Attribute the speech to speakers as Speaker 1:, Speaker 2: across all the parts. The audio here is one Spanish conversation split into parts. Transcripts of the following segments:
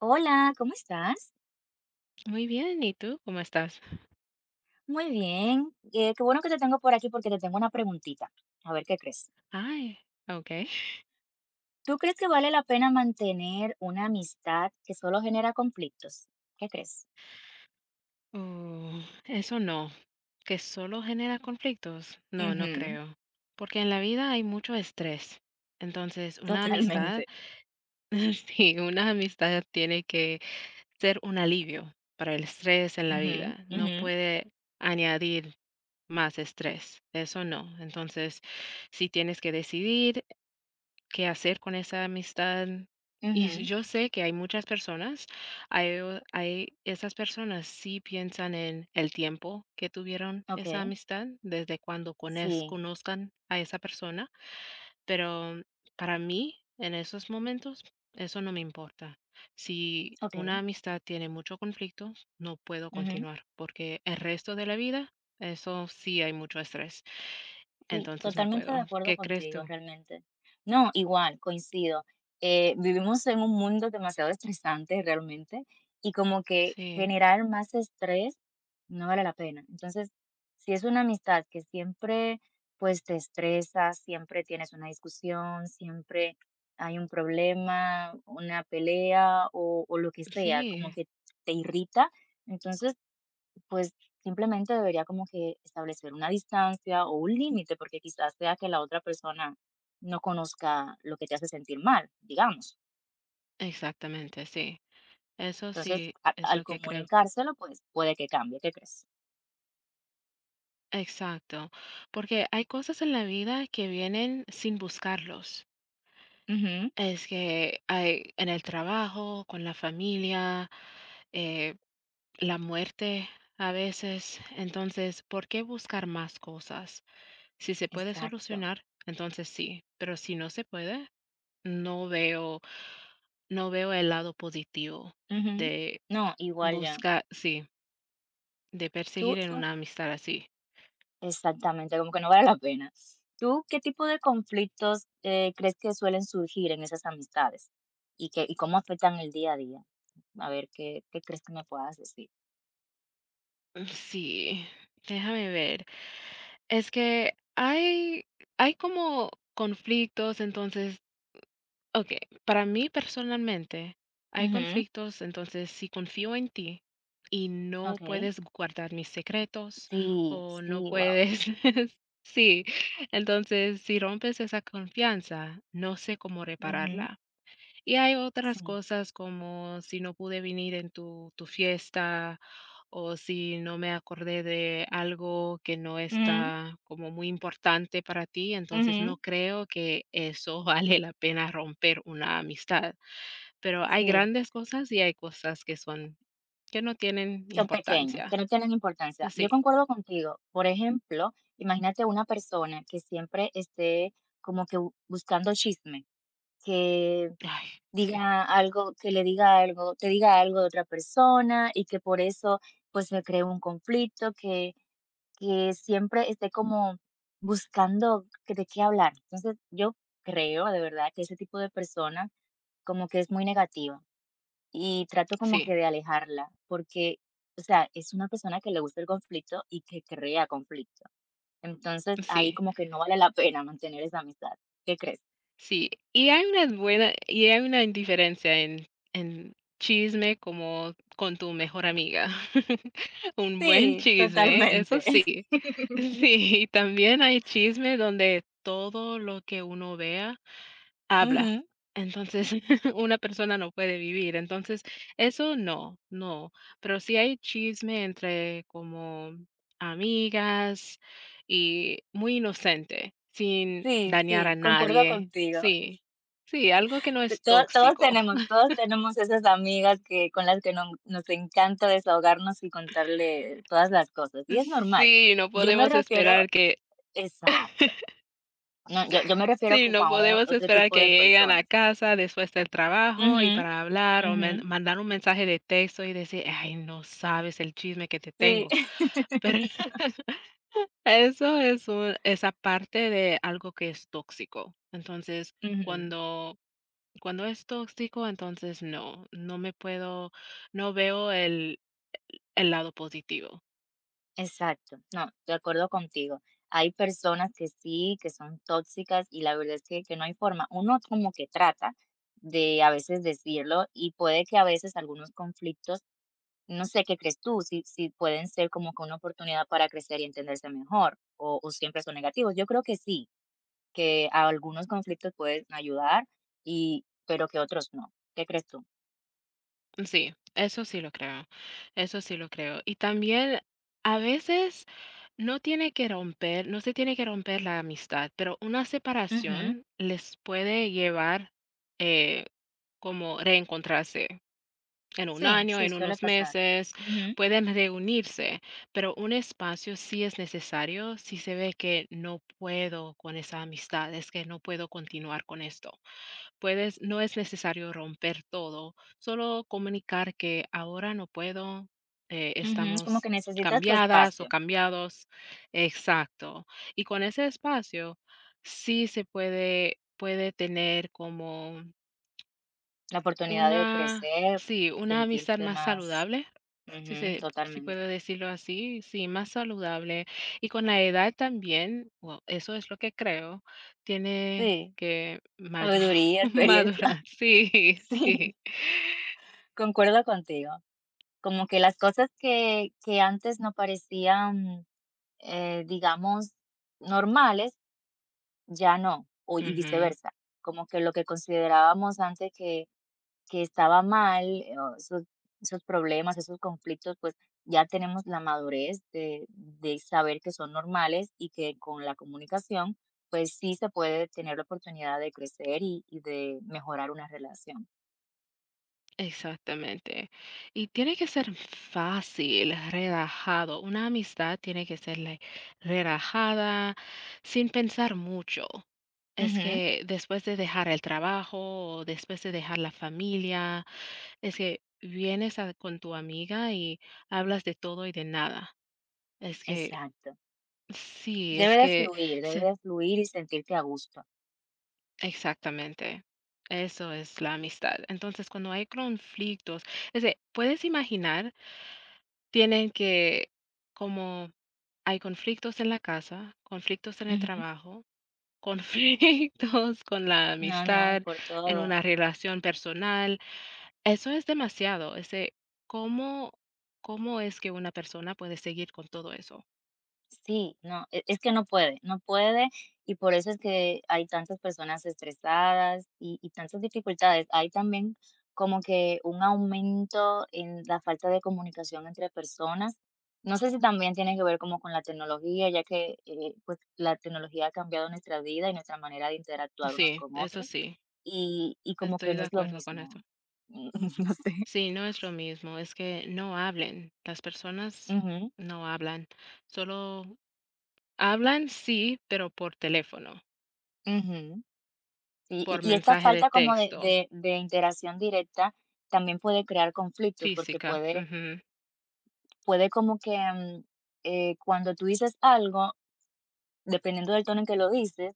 Speaker 1: Hola, ¿cómo estás?
Speaker 2: Muy bien, ¿y tú cómo estás?
Speaker 1: Muy bien. Qué bueno que te tengo por aquí porque te tengo una preguntita. A ver qué crees.
Speaker 2: Ay, okey.
Speaker 1: ¿Tú crees que vale la pena mantener una amistad que solo genera conflictos? ¿Qué crees?
Speaker 2: Uh, Eso no, ¿que solo genera conflictos? No, no
Speaker 1: Ujú,
Speaker 2: creo, porque en la vida hay mucho estrés. Entonces, una amistad
Speaker 1: totalmente.
Speaker 2: sí, una amistad tiene que ser un alivio para el estrés en la
Speaker 1: Ujú,
Speaker 2: vida, no
Speaker 1: ujú,
Speaker 2: puede añadir más estrés, eso no. Entonces, si tienes que decidir, qué hacer con esa amistad.
Speaker 1: ujú.
Speaker 2: Yo sé que hay muchas personas, hay esas personas sí piensan en el tiempo que tuvieron
Speaker 1: Ok,
Speaker 2: esa amistad, desde cuando
Speaker 1: sí,
Speaker 2: conozcan a esa persona, pero para mí, en esos momentos, eso no me importa. Si una
Speaker 1: ok.
Speaker 2: amistad tiene mucho conflicto, no puedo
Speaker 1: Ujú.
Speaker 2: continuar, porque el resto de la vida, eso sí hay mucho estrés,
Speaker 1: Sí,
Speaker 2: entonces no
Speaker 1: totalmente de
Speaker 2: puedo.
Speaker 1: acuerdo
Speaker 2: ¿Qué crees
Speaker 1: contigo,
Speaker 2: tú?
Speaker 1: realmente. No, igual, coincido. Vivimos en un mundo demasiado estresante realmente, y como que
Speaker 2: Sí,
Speaker 1: generar más estrés no vale la pena. Entonces, si es una amistad que siempre pues te estresa, siempre tienes una discusión, siempre hay un problema, una pelea o lo que sea, como
Speaker 2: sí.
Speaker 1: que te irrita, entonces pues simplemente debería como que establecer una distancia o un límite, porque quizás sea que la otra persona no conozca lo que te hace sentir mal, digamos.
Speaker 2: Exactamente, sí. Eso
Speaker 1: Entonces,
Speaker 2: sí
Speaker 1: a-
Speaker 2: es
Speaker 1: al
Speaker 2: lo que creo.
Speaker 1: comunicárselo, pues puede que cambie, ¿qué crees?
Speaker 2: Exacto. Porque hay cosas en la vida que vienen sin buscarlos.
Speaker 1: Ujú,
Speaker 2: Es que hay en el trabajo, con la familia, eh, la muerte a veces. Entonces, ¿por qué buscar más cosas? Si se puede
Speaker 1: exacto.
Speaker 2: solucionar, entonces sí. Pero si no se puede, no veo, no veo el lado positivo
Speaker 1: Ujú.
Speaker 2: de
Speaker 1: No, igual ya.
Speaker 2: buscar, sí. De
Speaker 1: Tú,
Speaker 2: perseguir en
Speaker 1: tú,
Speaker 2: una amistad así.
Speaker 1: exactamente, como que no vale la pena. ¿Tú qué tipo de conflictos crees que suelen surgir en esas amistades? ¿Y cómo afectan el día a día? A ver, ¿qué crees que me puedas decir?
Speaker 2: Sí, déjame ver. Es que hay como conflictos, entonces, ok, para mí personalmente hay
Speaker 1: Ujú,
Speaker 2: conflictos, entonces si confío en ti y no
Speaker 1: ok.
Speaker 2: puedes guardar mis secretos
Speaker 1: Sí,
Speaker 2: o no
Speaker 1: sí, wow.
Speaker 2: puedes, sí, entonces si rompes esa confianza, no sé cómo
Speaker 1: Ujú.
Speaker 2: repararla. Y hay otras
Speaker 1: Sí.
Speaker 2: cosas como si no pude venir en tu fiesta, o si no me acordé de algo que no
Speaker 1: Ujú,
Speaker 2: está como muy importante para ti, entonces
Speaker 1: ujú.
Speaker 2: no creo que eso vale la pena romper una amistad. Pero hay
Speaker 1: Sí,
Speaker 2: grandes cosas y hay cosas que son que no tienen
Speaker 1: son pequeños, que
Speaker 2: importancia.
Speaker 1: no tienen importancia. Yo
Speaker 2: Sí.
Speaker 1: concuerdo contigo. Por ejemplo, imagínate una persona que siempre esté como que bu buscando chisme, que
Speaker 2: Ay, sí,
Speaker 1: diga algo, que le diga algo, te diga algo de otra persona y que por eso, pues, se cree un conflicto, que siempre esté como buscando que de qué hablar. Entonces, yo creo de verdad que ese tipo de personas como que es muy negativa, y trato como
Speaker 2: sí,
Speaker 1: que de alejarla porque, o sea, es una persona que le gusta el conflicto y que crea conflicto. Entonces ahí
Speaker 2: sí.
Speaker 1: como que no vale la pena mantener esa amistad. ¿Qué crees?
Speaker 2: Sí, y hay una buena y hay una diferencia en chisme como con tu mejor amiga. Un buen
Speaker 1: Sí,
Speaker 2: chisme, eso
Speaker 1: totalmente.
Speaker 2: sí. Sí, y también hay chisme donde todo lo que uno vea habla.
Speaker 1: Ujú.
Speaker 2: Entonces, una persona no puede vivir. Entonces, eso no, no. Pero sí hay chisme entre como amigas y muy inocente, sin
Speaker 1: Sí,
Speaker 2: dañar a
Speaker 1: sí, concuerdo
Speaker 2: nadie.
Speaker 1: contigo.
Speaker 2: Sí, sí, algo que no
Speaker 1: T-
Speaker 2: es
Speaker 1: to- Todos,
Speaker 2: tóxico.
Speaker 1: tenemos, todos tenemos esas amigas que con las que nos encanta desahogarnos y contarle todas las cosas. Y es normal.
Speaker 2: Sí, no
Speaker 1: Yo me
Speaker 2: podemos
Speaker 1: refiero,
Speaker 2: esperar que
Speaker 1: exacto. No, yo me refiero
Speaker 2: sí,
Speaker 1: como
Speaker 2: no
Speaker 1: a o
Speaker 2: podemos
Speaker 1: otro
Speaker 2: esperar
Speaker 1: tipo
Speaker 2: que
Speaker 1: de
Speaker 2: llegan a
Speaker 1: personas.
Speaker 2: casa después del trabajo
Speaker 1: Ujú,
Speaker 2: y para hablar o
Speaker 1: ujú,
Speaker 2: men mandar un mensaje de texto y decir: "Ay, no sabes el chisme que te
Speaker 1: sí.
Speaker 2: tengo". Pero eso es un esa parte de algo que es tóxico. Entonces,
Speaker 1: Ujú,
Speaker 2: cuando cuando es tóxico, entonces no, no me puedo no veo el lado positivo.
Speaker 1: exacto. No, de acuerdo contigo. Hay personas que sí, que son tóxicas, y la verdad es que no hay forma. Uno como que trata de a veces decirlo, y puede que a veces algunos conflictos, no sé, ¿qué crees tú? Si pueden ser como que una oportunidad para crecer y entenderse mejor, o siempre son negativos. Yo creo que sí, que a algunos conflictos pueden ayudar, y pero que otros no. ¿Qué crees tú?
Speaker 2: Sí, eso sí lo creo, eso sí lo creo. Y también a veces no tiene que romper, no se tiene que romper la amistad, pero una
Speaker 1: Ujú.
Speaker 2: separación les puede llevar eh, como reencontrarse en un
Speaker 1: Sí,
Speaker 2: año,
Speaker 1: sí,
Speaker 2: en
Speaker 1: suele
Speaker 2: unos
Speaker 1: pasar.
Speaker 2: meses,
Speaker 1: Ujú,
Speaker 2: pueden reunirse, pero un espacio sí es necesario si se ve que no puedo con esa amistad, es que no puedo continuar con esto. Puedes, no es necesario romper todo, solo comunicar que ahora no puedo,
Speaker 1: ujú, como
Speaker 2: estamos
Speaker 1: que necesitas tu
Speaker 2: cambiadas o
Speaker 1: espacio,
Speaker 2: cambiados. Exacto. Y con ese espacio sí se puede, puede tener como
Speaker 1: la oportunidad de
Speaker 2: una,
Speaker 1: crecer,
Speaker 2: sí, una amistad
Speaker 1: sentirse
Speaker 2: más
Speaker 1: más,
Speaker 2: saludable si
Speaker 1: ujú,
Speaker 2: se si puedo
Speaker 1: totalmente.
Speaker 2: decirlo así, sí, más saludable. Y con la edad también, bueno, eso es lo que creo, tiene
Speaker 1: Sí,
Speaker 2: que madu
Speaker 1: sabiduría, experiencia.
Speaker 2: madurar, sí,
Speaker 1: Sí,
Speaker 2: sí.
Speaker 1: concuerdo contigo. Como que las cosas que antes no parecían, digamos, normales. Ya no, o y
Speaker 2: Ujú,
Speaker 1: viceversa, como que lo que considerábamos antes que estaba mal, o esos problemas, esos conflictos, pues, ya tenemos la madurez de saber que son normales, y que con la comunicación, pues, sí se puede tener la oportunidad de crecer y de mejorar una relación.
Speaker 2: exactamente. Y tiene que ser fácil, relajado. Una amistad tiene que ser, like, relajada, sin pensar mucho. Es
Speaker 1: Ujú,
Speaker 2: que después de dejar el trabajo, o después de dejar la familia. Es que vienes a con tu amiga y hablas de todo y de nada. Es que
Speaker 1: exacto.
Speaker 2: sí, es que
Speaker 1: Debe
Speaker 2: se
Speaker 1: de fluir y sentirte a gusto.
Speaker 2: exactamente. Eso es la amistad. Entonces, cuando hay conflictos, es de puedes imaginar, tienen que como hay conflictos en la casa, conflictos en el
Speaker 1: Ujú.
Speaker 2: trabajo, conflictos con la
Speaker 1: No, no,
Speaker 2: amistad,
Speaker 1: por
Speaker 2: en
Speaker 1: todo.
Speaker 2: una relación personal. Eso es demasiado, ese ¿cómo cómo es que una persona puede seguir con todo eso?
Speaker 1: Sí, no, es que no puede, no puede, y por eso es que hay tantas personas estresadas y tantas dificultades. Hay también como que un aumento en la falta de comunicación entre personas. No sé si también tiene que ver como con la tecnología, ya que, pues, la tecnología ha cambiado nuestra vida y nuestra manera de interactuar unos
Speaker 2: Sí,
Speaker 1: con
Speaker 2: eso
Speaker 1: otros,
Speaker 2: sí,
Speaker 1: y como que
Speaker 2: estoy
Speaker 1: no
Speaker 2: de
Speaker 1: es lo
Speaker 2: acuerdo con eso.
Speaker 1: mismo. No sé.
Speaker 2: Sí, no es lo mismo, es que no hablen, las personas
Speaker 1: Ujú,
Speaker 2: no hablan, solo hablan, sí, pero por teléfono,
Speaker 1: ujú. Sí, y,
Speaker 2: por
Speaker 1: y esta
Speaker 2: mensaje de
Speaker 1: falta como de,
Speaker 2: texto,
Speaker 1: de, de interacción directa también puede crear conflictos, porque
Speaker 2: física,
Speaker 1: puede,
Speaker 2: ujú,
Speaker 1: puede como que cuando tú dices algo, dependiendo del tono en que lo dices,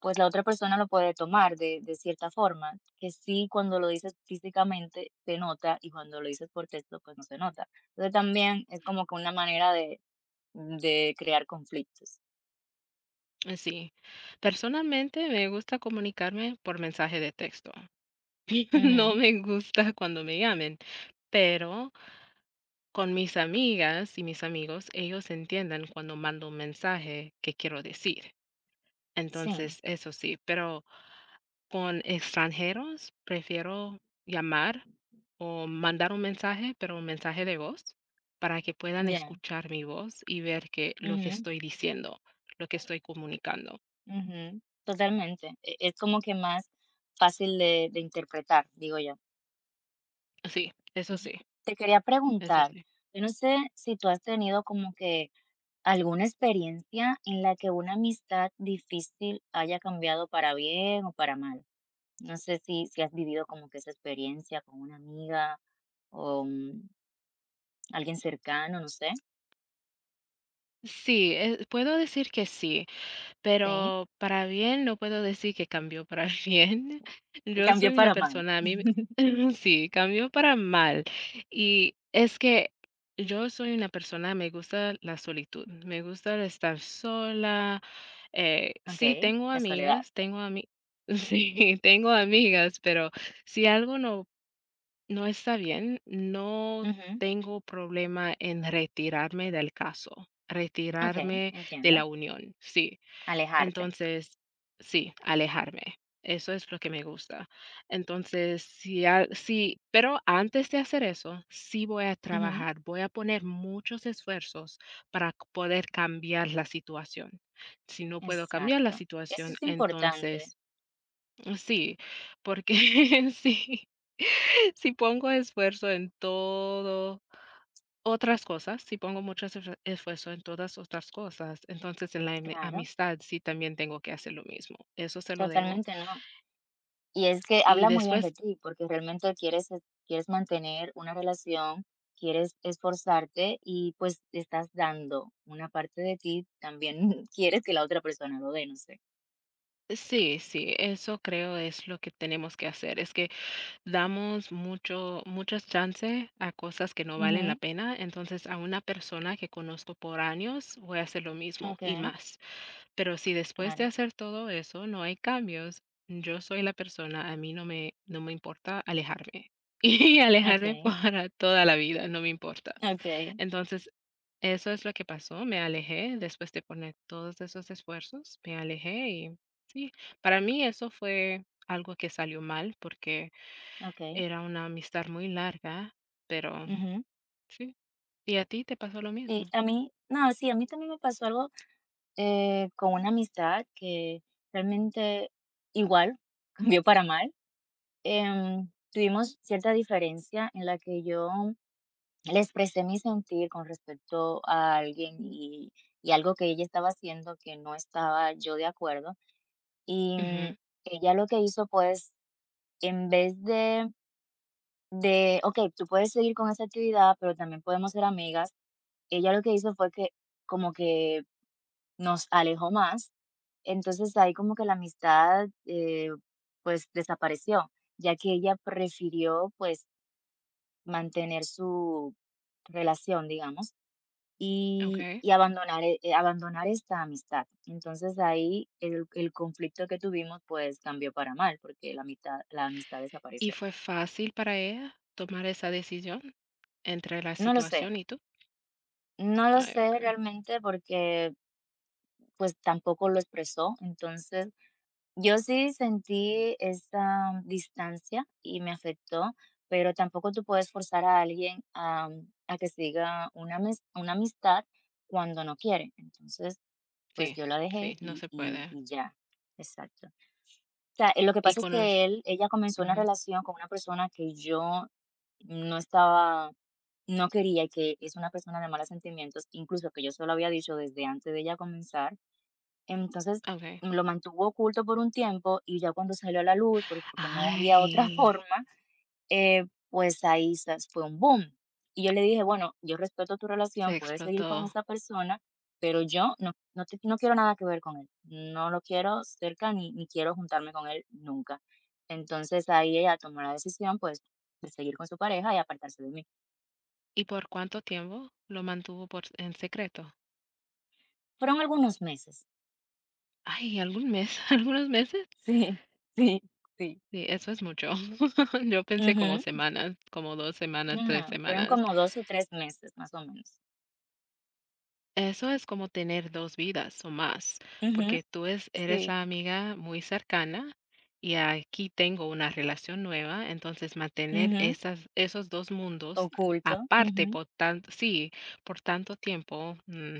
Speaker 1: pues la otra persona lo puede tomar de cierta forma, que sí cuando lo dices físicamente se nota, y cuando lo dices por texto pues no se nota. Entonces también es como que una manera de crear conflictos.
Speaker 2: sí. Personalmente, me gusta comunicarme por mensaje de texto. No
Speaker 1: Ujú.
Speaker 2: me gusta cuando me llamen, pero con mis amigas y mis amigos, ellos entienden cuando mando un mensaje que quiero decir.
Speaker 1: Sí,
Speaker 2: Entonces, eso sí, pero con extranjeros prefiero llamar o mandar un mensaje, pero un mensaje de voz, para que puedan
Speaker 1: ya.
Speaker 2: escuchar mi voz y ver que lo que
Speaker 1: Ujú.
Speaker 2: estoy diciendo, lo que estoy comunicando.
Speaker 1: Ujú, totalmente. Es como que más fácil de interpretar, digo yo.
Speaker 2: Sí, eso sí,
Speaker 1: Entonces, te quería
Speaker 2: eso
Speaker 1: preguntar,
Speaker 2: sí.
Speaker 1: yo no sé si tú has tenido como que alguna experiencia en la que una amistad difícil haya cambiado para bien o para mal. No sé si has vivido como que esa experiencia con una amiga o alguien cercano, no sé.
Speaker 2: Sí, puedo decir que sí.
Speaker 1: Sí,
Speaker 2: Pero para bien no puedo decir que cambió para bien. Yo
Speaker 1: cambió
Speaker 2: soy una
Speaker 1: para mal.
Speaker 2: persona, a mí me sí, cambió para mal. Y es que yo soy una persona, me gusta la solitud, me gusta el estar sola. Sí,
Speaker 1: Ok,
Speaker 2: tengo
Speaker 1: la soledad.
Speaker 2: amigas, tengo ami sí, tengo amigas, pero si algo no no está bien, no
Speaker 1: Ujú.
Speaker 2: tengo problema en retirarme del caso,
Speaker 1: Ok,
Speaker 2: retirarme de
Speaker 1: entiendo.
Speaker 2: la unión, sí.
Speaker 1: Alejarte.
Speaker 2: Entonces, sí, alejarme. Eso es lo que me gusta. Entonces, sí, sí, pero antes de hacer eso, sí voy a
Speaker 1: Ujú.
Speaker 2: trabajar, voy a poner muchos esfuerzos para c poder cambiar la situación. Si no puedo cambiar la
Speaker 1: Exacto. Eso
Speaker 2: situación,
Speaker 1: es importante,
Speaker 2: entonces, sí, porque sí, si pongo esfuerzo en todo otras cosas, si pongo mucho esfuerzo en todas otras cosas, entonces en la
Speaker 1: claro,
Speaker 2: amistad sí también tengo que hacer lo mismo, eso se lo debo.
Speaker 1: totalmente, ¿no? Y es que
Speaker 2: Y
Speaker 1: habla muy bien de
Speaker 2: después
Speaker 1: ti, porque realmente quieres, quieres mantener una relación, quieres esforzarte, y pues estás dando una parte de ti, también quieres que la otra persona lo dé, no sé.
Speaker 2: sí, sí, eso creo es lo que tenemos que hacer, es que damos mucho muchas chances a cosas que no valen la
Speaker 1: Ujú.
Speaker 2: pena, entonces a una persona que conozco por años voy a hacer lo mismo
Speaker 1: Ok,
Speaker 2: y más. Pero si después de
Speaker 1: claro,
Speaker 2: hacer todo eso no hay cambios, yo soy la persona, a mí no me importa alejarme, y alejarme
Speaker 1: ok,
Speaker 2: para toda la vida, no me importa.
Speaker 1: ok,
Speaker 2: Entonces, eso es lo que pasó, me alejé después de poner todos esos esfuerzos, me alejé y sí, para mí eso fue algo que salió mal, porque
Speaker 1: ok.
Speaker 2: era una amistad muy larga, pero
Speaker 1: Ujú.
Speaker 2: sí. ¿Y a ti te pasó lo
Speaker 1: Sí,
Speaker 2: mismo?
Speaker 1: a mí, no, sí, a mí también me pasó algo, con una amistad que realmente, igual, cambió para mal. Tuvimos cierta diferencia en la que yo le expresé mi sentir con respecto a alguien, y algo que ella estaba haciendo que no estaba yo de acuerdo. Y
Speaker 2: Ujú,
Speaker 1: ella lo que hizo, pues, en vez de, ok, tú puedes seguir con esa actividad, pero también podemos ser amigas, ella lo que hizo fue que como que nos alejó más. Entonces ahí como que la amistad, pues, desapareció, ya que ella prefirió pues mantener su relación, digamos, y,
Speaker 2: okey.
Speaker 1: y abandonar, abandonar esta amistad. Entonces ahí el conflicto que tuvimos pues cambió para mal porque la amistad
Speaker 2: ¿Y
Speaker 1: desapareció.
Speaker 2: fue fácil para ella tomar esa decisión? Entre la
Speaker 1: No lo sé,
Speaker 2: situación y tú.
Speaker 1: no lo
Speaker 2: Ay,
Speaker 1: sé
Speaker 2: okay.
Speaker 1: realmente porque pues tampoco lo expresó. Entonces yo sí sentí esa distancia y me afectó, pero tampoco tú puedes forzar a alguien a que siga una amistad cuando no quiere. Entonces, pues
Speaker 2: Sí,
Speaker 1: yo la dejé
Speaker 2: sí, no
Speaker 1: y
Speaker 2: se
Speaker 1: y
Speaker 2: puede.
Speaker 1: y ya. Exacto. O sea, lo que
Speaker 2: Y
Speaker 1: pasa es
Speaker 2: con
Speaker 1: que
Speaker 2: los
Speaker 1: él ella comenzó una
Speaker 2: ujú,
Speaker 1: relación con una persona que yo no estaba no quería, y que es una persona de malos sentimientos, incluso que yo se lo había dicho desde antes de ella comenzar. Entonces,
Speaker 2: okey.
Speaker 1: lo mantuvo oculto por un tiempo, y ya cuando salió a la luz, porque no había otra
Speaker 2: Ay,
Speaker 1: forma, pues ahí sas fue un boom. Y yo le dije: "Bueno, yo respeto tu
Speaker 2: se
Speaker 1: relación, puedes seguir con
Speaker 2: explotó.
Speaker 1: esa persona, pero yo no quiero nada que ver con él. No lo quiero cerca ni quiero juntarme con él nunca". Entonces, ahí ella tomó la decisión, pues, de seguir con su pareja y apartarse de mí.
Speaker 2: ¿Y por cuánto tiempo lo mantuvo por en secreto?
Speaker 1: Fueron algunos meses.
Speaker 2: Ay, ¿algún mes? ¿Algunos meses?
Speaker 1: Sí, sí, sí.
Speaker 2: Sí, eso es mucho. Yo pensé como
Speaker 1: Ujú.
Speaker 2: semanas, como 2 semanas, 3
Speaker 1: No, fueron
Speaker 2: semanas.
Speaker 1: como 2 o 3 meses, más o menos.
Speaker 2: Eso es como tener 2 vidas o más,
Speaker 1: Ujú.
Speaker 2: porque tú es eres
Speaker 1: Sí.
Speaker 2: la amiga muy cercana y aquí tengo una relación nueva, entonces mantener
Speaker 1: Ujú.
Speaker 2: esas esos 2 mundos
Speaker 1: Oculto.
Speaker 2: aparte
Speaker 1: Ujú.
Speaker 2: por tan sí, por tanto tiempo,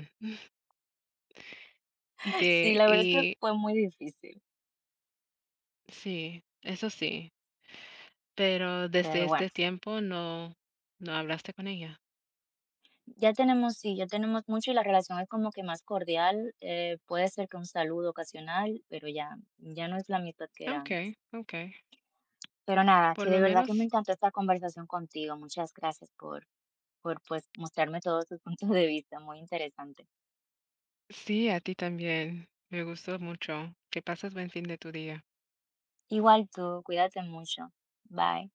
Speaker 2: y
Speaker 1: Sí,
Speaker 2: te
Speaker 1: la verdad es que
Speaker 2: y
Speaker 1: fue muy difícil.
Speaker 2: sí, eso sí, pero desde
Speaker 1: Pero
Speaker 2: este
Speaker 1: bueno,
Speaker 2: tiempo no no hablaste con ella.
Speaker 1: ya tenemos, sí, ya tenemos mucho, y la relación es como que más cordial. Puede ser que un saludo ocasional, pero ya, ya no es la amistad que era
Speaker 2: Okay,
Speaker 1: antes.
Speaker 2: okay.
Speaker 1: Pero nada,
Speaker 2: Por
Speaker 1: que
Speaker 2: lo
Speaker 1: de verdad que me
Speaker 2: menos
Speaker 1: encantó esta conversación contigo. Muchas gracias por pues mostrarme todos tus puntos de vista, muy interesante.
Speaker 2: sí, a ti también. Me gustó mucho. Que pases buen fin de tu día.
Speaker 1: Igual tú, cuídate mucho. Bye.